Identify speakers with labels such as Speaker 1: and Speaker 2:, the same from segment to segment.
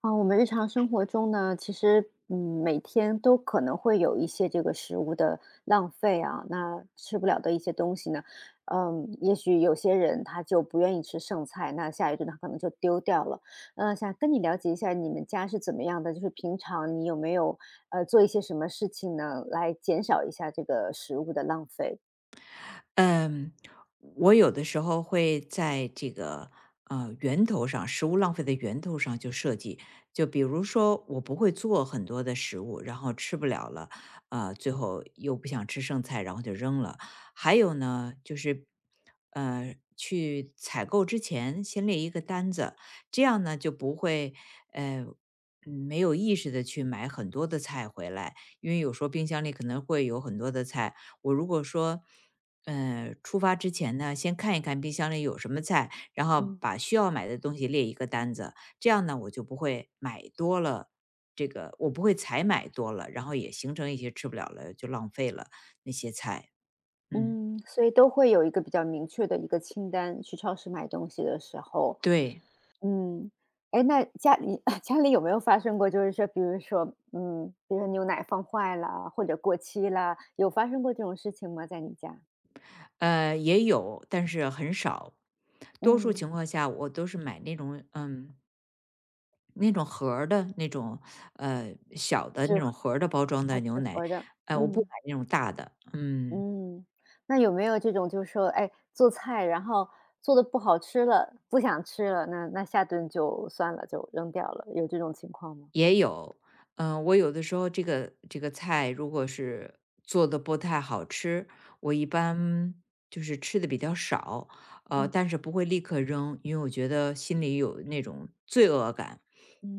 Speaker 1: 啊，我们日常生活中呢，其实每天都可能会有一些这个食物的浪费啊，那吃不了的一些东西呢，也许有些人他就不愿意吃剩菜，那下一顿他可能就丢掉了。想跟你了解一下你们家是怎么样的，就是平常你有没有做一些什么事情呢，来减少一下这个食物的浪费？
Speaker 2: 嗯，我有的时候会在这个源头上，食物浪费的源头上就设计，就比如说我不会做很多的食物，然后吃不了了，最后又不想吃剩菜，然后就扔了。还有呢，就是去采购之前先列一个单子，这样呢就不会呃。嗯没有意识的去买很多的菜回来，因为有时候冰箱里可能会有很多的菜，我如果说出发之前呢，先看一看冰箱里有什么菜，然后
Speaker 1: 嗯
Speaker 2: 把需要买的东西列一个单子，这样呢，我就不会买多了。这个我不会才买多了，然后也形成一些吃不了了就浪费了那些菜。嗯，
Speaker 1: 嗯，所以都会有一个比较明确的一个清单，去超市买东西的时候。
Speaker 2: 对，
Speaker 1: 嗯，哎，那家里 家里有没有发生过，就是说，比如说，比如说牛奶放坏了或者过期了，有发生过这种事情吗？在你家？
Speaker 2: 也有，但是很少。多数
Speaker 1: 嗯，
Speaker 2: 情况下，我都是买那种那种盒儿的那种小的那
Speaker 1: 纸
Speaker 2: 种
Speaker 1: 盒
Speaker 2: 盒儿的包装的
Speaker 1: 啊，
Speaker 2: 牛
Speaker 1: 纸盒
Speaker 2: 奶，
Speaker 1: 儿的，
Speaker 2: 我不买
Speaker 1: 嗯
Speaker 2: 那种大的。嗯。
Speaker 1: 嗯，那有没有这种，就是说，哎，做菜然后做的不好吃了，不想吃了，那下顿就算了，就扔掉了，有这种情况吗？
Speaker 2: 也有，我有的时候这个菜如果是做的不太好吃，我一般就是吃的比较少，
Speaker 1: 嗯
Speaker 2: 但是不会立刻扔，因为我觉得心里有那种罪恶感，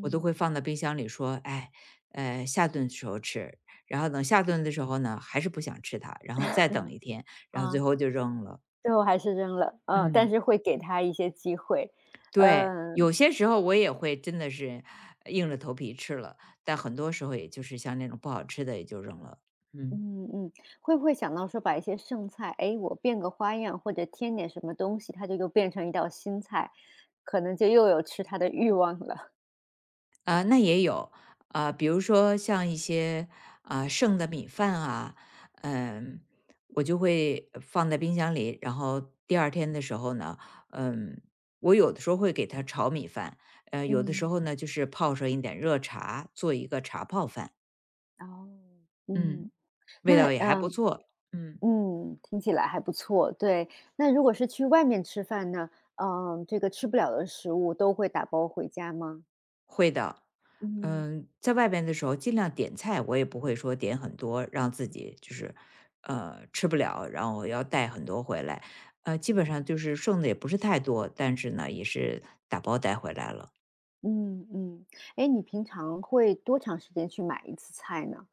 Speaker 2: 我都会放到冰箱里说，哎，下顿的时候吃，然后等下顿的时候呢，还是不想吃它，然后再等一天，然后最
Speaker 1: 啊，
Speaker 2: 后就扔了，
Speaker 1: 最后还是扔了，嗯，但
Speaker 2: 嗯。
Speaker 1: 是会给他一些机会，
Speaker 2: 对，
Speaker 1: 嗯。
Speaker 2: 有些时候我也会真的是硬着头皮吃了，但很多时候也就是像那种不好吃的也就扔了。嗯。
Speaker 1: 嗯嗯，会不会想到说把一些剩菜，哎，我变个花样或者添点什么东西，它就又变成一道新菜，可能就又有吃它的欲望了。
Speaker 2: 啊，那也有，啊，比如说像一些，啊，剩的米饭啊，嗯，我就会放在冰箱里，然后第二天的时候呢，嗯，我有的时候会给它炒米饭，有的时
Speaker 1: 嗯，
Speaker 2: 候呢，就是泡上一点热茶，做一个茶泡饭，
Speaker 1: 哦，嗯，
Speaker 2: 嗯，味
Speaker 1: 那
Speaker 2: 道也还不错。嗯，
Speaker 1: 听起来还不错。对，那如果是去外面吃饭呢，这个吃不了的食物都会打包回家吗？
Speaker 2: 会的。
Speaker 1: 嗯
Speaker 2: 在外边的时候尽量点菜，我也不会说点很多，让自己就是吃不了，然后要带很多回来。基本
Speaker 1: 嗯
Speaker 2: 上就是剩的也不是太多，但是呢，也是打包带回来了，
Speaker 1: 嗯嗯，哎，你平常会多长时间去买一次菜呢？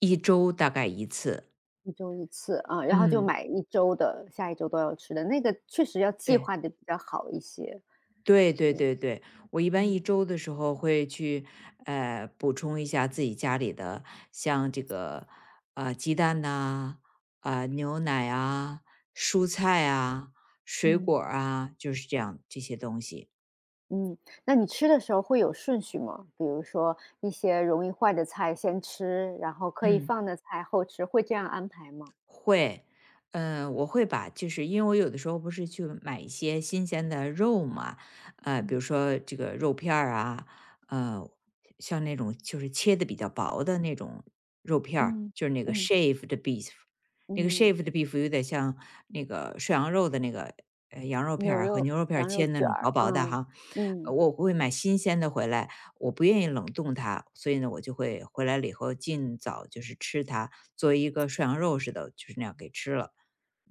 Speaker 2: 一周大概一次。
Speaker 1: 一周一次，啊，然后就
Speaker 2: 嗯，
Speaker 1: 买一周的，下一周都要吃的，那个确实要计
Speaker 2: 对。
Speaker 1: 划的比较好一些。
Speaker 2: 对对对对，我一般一
Speaker 1: 嗯，
Speaker 2: 周的时候会去，补充一下自己家里的，像这个，鸡蛋呐、啊，牛奶啊，蔬菜啊，水果
Speaker 1: 嗯，
Speaker 2: 儿啊，就是这样这些东西。
Speaker 1: 嗯，那你吃的时候会有顺序吗？比如说一些容易坏的菜先吃，然后可以
Speaker 2: 嗯。
Speaker 1: 放的菜后吃，会这样安排吗？
Speaker 2: 会，我会把就是因为我有的时候不是去买一些新鲜的肉嘛，比
Speaker 1: 嗯，
Speaker 2: 如说这个肉片儿啊，呃，像那种就是切的比较薄的那种肉片儿，
Speaker 1: 嗯，
Speaker 2: 就是那个
Speaker 1: 嗯，
Speaker 2: shaved beef，那个
Speaker 1: 嗯，
Speaker 2: shaved beef 有点像那个涮羊肉的那个羊肉片
Speaker 1: 牛
Speaker 2: 儿和
Speaker 1: 肉
Speaker 2: 牛肉片儿
Speaker 1: 羊肉
Speaker 2: 切那
Speaker 1: 卷
Speaker 2: 种薄
Speaker 1: 儿，
Speaker 2: 薄的
Speaker 1: 嗯，
Speaker 2: 哈，
Speaker 1: 嗯。
Speaker 2: 我会买新鲜的回来，我不愿意冷冻它，所以呢，我就会回来了以后尽早就是吃它，做一个涮羊肉似的，就是那样给吃了。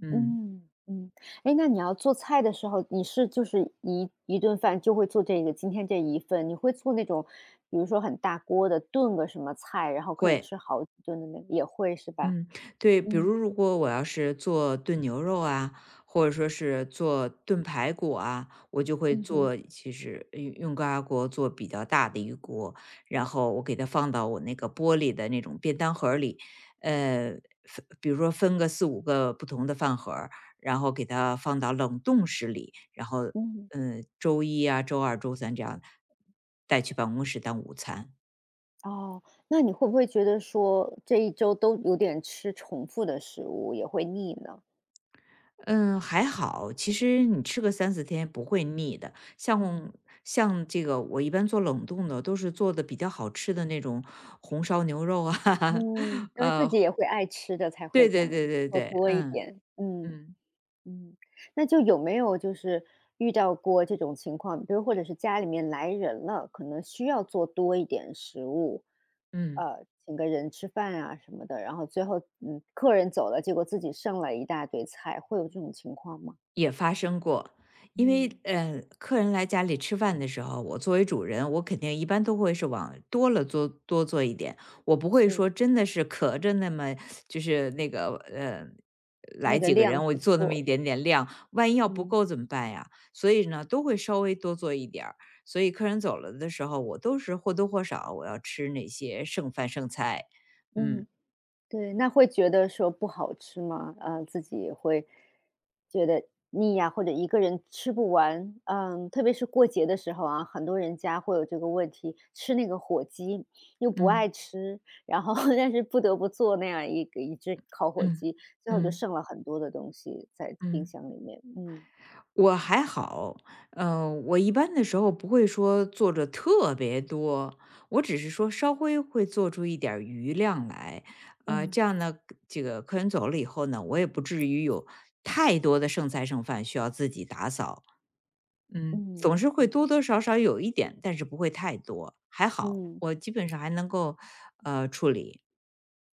Speaker 2: 嗯。
Speaker 1: 嗯嗯，哎，那你要做菜的时候，你是就是一顿饭就会做这个今天这一份，你会做那种，比如说很大锅的炖个什么菜，然后可以
Speaker 2: 会，
Speaker 1: 吃好几顿的那个，也会是吧？
Speaker 2: 嗯，对，比如
Speaker 1: 嗯
Speaker 2: 如果我要是做炖牛肉啊，或者说是做炖排骨啊，我就会
Speaker 1: 嗯哼
Speaker 2: 做，其实用高压锅做比较大的一锅，然后我给它放到我那个玻璃的那种便当盒儿里，呃，分比如说分个4、5个不同的饭盒儿然后给它放到冷冻室里，然后，
Speaker 1: 嗯，
Speaker 2: 周一啊、周二、周三这样带去办公室当午餐。
Speaker 1: 哦，那你会不会觉得说这一周都有点吃重复的食物，也会腻呢？
Speaker 2: 嗯，还好，其实你吃个3、4天不会腻的。
Speaker 1: 嗯
Speaker 2: 像这个我一般做冷冻的，都是做的比较好吃的那种红烧牛肉啊。
Speaker 1: 嗯，因为自己也会爱吃的，才会
Speaker 2: 对
Speaker 1: 这
Speaker 2: 对
Speaker 1: 样
Speaker 2: 对对
Speaker 1: 做
Speaker 2: 对，
Speaker 1: 多一
Speaker 2: 嗯，
Speaker 1: 点。嗯。
Speaker 2: 嗯，
Speaker 1: 嗯，那就有没有就是遇到过这种情况，比如或者是家里面来人了，可能需要做多一点食物，
Speaker 2: 嗯。
Speaker 1: 请个人吃饭啊什么的，然后最后客人走了，结果自己剩了一大堆菜，会有这种情况吗？
Speaker 2: 也发生过。因为，
Speaker 1: 嗯，
Speaker 2: 客人来家里吃饭的时候，我作为主人，我肯定一般都会是往多了做多做一点，我不会
Speaker 1: 是，
Speaker 2: 说真的是咳着那么就是那个来
Speaker 1: 那个
Speaker 2: 几个
Speaker 1: 量
Speaker 2: 人我
Speaker 1: 是
Speaker 2: 做那么
Speaker 1: 做，
Speaker 2: 一点点量，万一要不
Speaker 1: 嗯
Speaker 2: 够怎么办呀？所以呢，都会稍微多做一点儿。所以客人走了的时候，我都是或多或少我要吃那些剩饭剩菜。
Speaker 1: 嗯。对，那会觉得说不好吃吗？自己也会觉得腻呀，或者一个人吃不完。嗯，特别是过节的时候啊，很多人家会有这个问题，吃那个火鸡又不
Speaker 2: 嗯
Speaker 1: 爱吃，然后 但是不得不做那样一只烤火
Speaker 2: 嗯嗯嗯
Speaker 1: 鸡，最后就
Speaker 2: 嗯
Speaker 1: 剩了很多的东西在冰
Speaker 2: 嗯。
Speaker 1: 箱里面。嗯
Speaker 2: 我还好，我一般的时候不会说做着特别多，我只是说稍微会做出一点儿余量来，这
Speaker 1: 嗯
Speaker 2: 样呢，这个客人走了以后呢，我也不至于有太多的剩菜剩饭需要自己打扫，
Speaker 1: 嗯
Speaker 2: 总是会
Speaker 1: 嗯
Speaker 2: 多多少少有一点，但是不会太多，还好，
Speaker 1: 嗯。
Speaker 2: 我基本上还能够处理，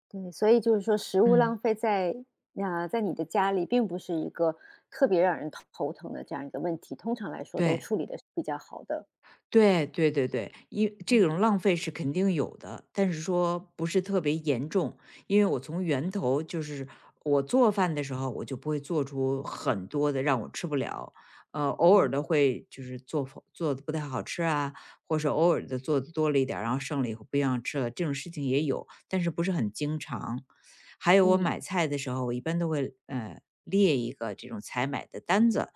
Speaker 1: 对，所以就是说食物浪
Speaker 2: 嗯，
Speaker 1: 费在你的家里，并不是一个特别让人头疼的这样一个问题，通常来说都
Speaker 2: 对。
Speaker 1: 处理的是比较好的。
Speaker 2: 对对对对，因这
Speaker 1: 嗯
Speaker 2: 种浪费是肯定有的，但是说不是特别严重，因为我从源头就是我做饭的时候，我就不会做出很多的让我吃不了，偶尔
Speaker 1: 嗯
Speaker 2: 的会就是做否做的不太好吃啊，或是偶尔的做的多了一点儿然后剩了以后不一样吃了，这种事情也有，但是不是很经常。还有我买
Speaker 1: 嗯
Speaker 2: 菜的时候，我一般都会列一个这种采买的单子，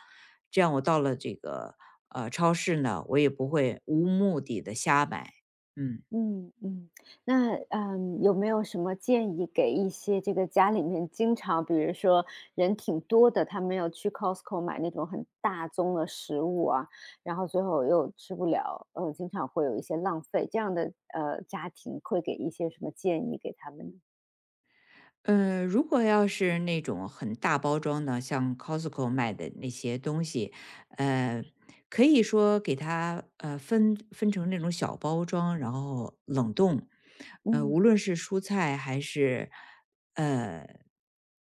Speaker 2: 这样我到了这个超市呢，我也不会无目的的瞎买。嗯。
Speaker 1: 嗯嗯，那有没有什么建议给一些这个家里面经常，比如说人挺多的，他们要去 Costco 买那种很大宗的食物啊，然后最后又吃不了，经常会有一些浪费，这样的家庭会给一些什么建议给他们呢？
Speaker 2: 如果要是那种很大包装的，像 Costco 卖的那些东西，呃，可以说给它分成那种小包装，然后冷冻。
Speaker 1: 嗯
Speaker 2: 无论是蔬菜还是呃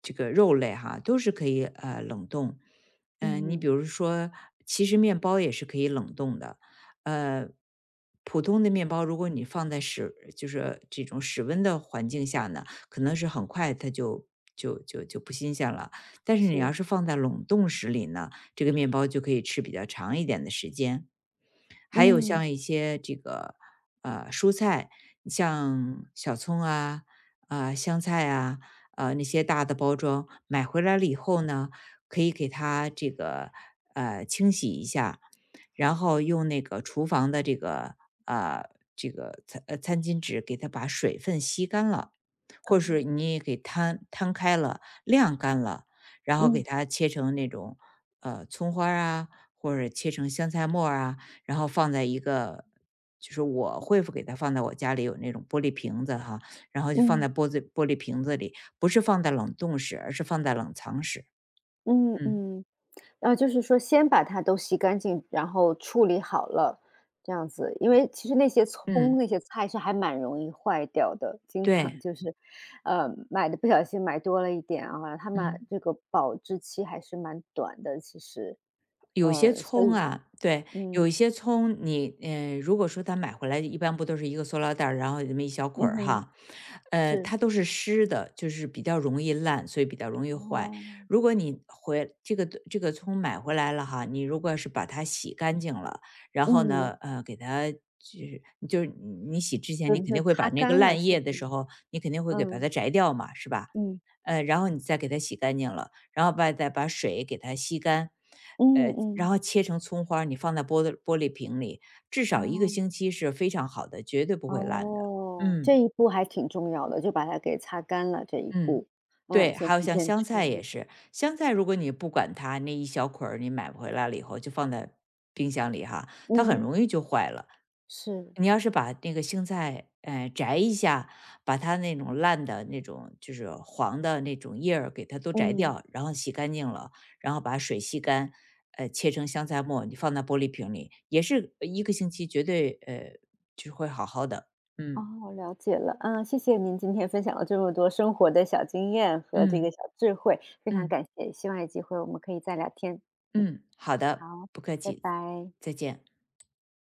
Speaker 2: 这个肉类哈，都是可以冷冻。你比
Speaker 1: 嗯，
Speaker 2: 如说，其实面包也是可以冷冻的。呃，普通的面包，如果你放在就是这种室温的环境下呢。可能是很快它就不新鲜了。但是你要
Speaker 1: 是，
Speaker 2: 是放在冷冻室里呢，这个面包就可以吃比较长一点的时间。还有
Speaker 1: 嗯，
Speaker 2: 像一些这个蔬菜，像小葱啊、啊、香菜啊、那些大的包装，买回来了以后呢，可以给它这个清洗一下，然后用那个厨房的呃这个餐巾纸给它把水分吸干了，
Speaker 1: 啊，
Speaker 2: 或是你也给摊开了、晾干了，然后给
Speaker 1: 嗯
Speaker 2: 它切成那种葱花儿啊，或者切成香菜末儿啊，然后放在一个就是我会给它放在我家里有那种玻璃瓶子哈，然后就放
Speaker 1: 嗯
Speaker 2: 在玻璃瓶子里，不是放在冷冻室，而是放在冷藏室。
Speaker 1: 嗯
Speaker 2: 嗯，
Speaker 1: 嗯，啊，就是说先把它都洗干净，然后处理好了，这样子。因为其实那些葱、
Speaker 2: 嗯，
Speaker 1: 那些菜是还蛮容易坏掉的，经常
Speaker 2: 对，
Speaker 1: 就是，买的不小心买多了一点啊，它们
Speaker 2: 嗯。
Speaker 1: 这个保质期还是蛮短的，其实。
Speaker 2: 有些
Speaker 1: 所
Speaker 2: 葱
Speaker 1: 以
Speaker 2: 啊，对，有一
Speaker 1: 嗯，
Speaker 2: 些葱你，如果说它买回来，一般不都是一个塑料袋儿然后有那么一小捆
Speaker 1: 嗯
Speaker 2: 儿
Speaker 1: 哼，
Speaker 2: 哈，
Speaker 1: 是，
Speaker 2: 它都是湿的，就是比较容易烂，所以比较容易坏。
Speaker 1: 哦，
Speaker 2: 如果你回这个葱买回来了哈，你如果是把它洗干净了，然后
Speaker 1: 嗯，
Speaker 2: 呢，给它就是你洗之前，
Speaker 1: 就
Speaker 2: 你肯
Speaker 1: 是
Speaker 2: 定会
Speaker 1: 擦
Speaker 2: 把那个
Speaker 1: 干了
Speaker 2: 烂
Speaker 1: 是
Speaker 2: 叶
Speaker 1: 吧？
Speaker 2: 的时候，你肯定会给把它
Speaker 1: 嗯，
Speaker 2: 摘掉嘛，是吧？
Speaker 1: 嗯，
Speaker 2: 然后你再给它洗干净了。然后再把水给它吸干，
Speaker 1: 嗯
Speaker 2: 然后
Speaker 1: 嗯。
Speaker 2: 切成葱花儿你放在玻璃瓶里，至少一个
Speaker 1: 啊，
Speaker 2: 星期是非常好的，绝对不会烂的。
Speaker 1: 哦，
Speaker 2: 嗯。
Speaker 1: 这一步还挺重要的，就把它给擦干了这一
Speaker 2: 嗯，
Speaker 1: 步。嗯，
Speaker 2: 对，
Speaker 1: 先
Speaker 2: 还有
Speaker 1: 提
Speaker 2: 像
Speaker 1: 前
Speaker 2: 香
Speaker 1: 处
Speaker 2: 菜也
Speaker 1: 理。
Speaker 2: 是，香菜如果你不管它，那一小捆儿你买回来了以后就放在冰箱里哈，它很
Speaker 1: 嗯，
Speaker 2: 容易就坏了。
Speaker 1: 是，
Speaker 2: 你要是把那个青菜，摘一下，把它那种烂的那种就是黄的那种叶儿给它都摘
Speaker 1: 嗯，
Speaker 2: 掉，然后洗干净了，然后把水吸干，切成香菜末，你放在玻璃瓶里，也是一个星期绝对就会好好的。嗯
Speaker 1: 哦，了解了。嗯，谢谢您今天分享了这么多生活的小经验和这
Speaker 2: 嗯
Speaker 1: 个小智慧，非常
Speaker 2: 嗯。
Speaker 1: 感谢，希望有机会我们可以再聊天。
Speaker 2: 嗯，好的，
Speaker 1: 好，
Speaker 2: 不客
Speaker 1: 拜
Speaker 2: 气，
Speaker 1: 拜。
Speaker 2: 再见。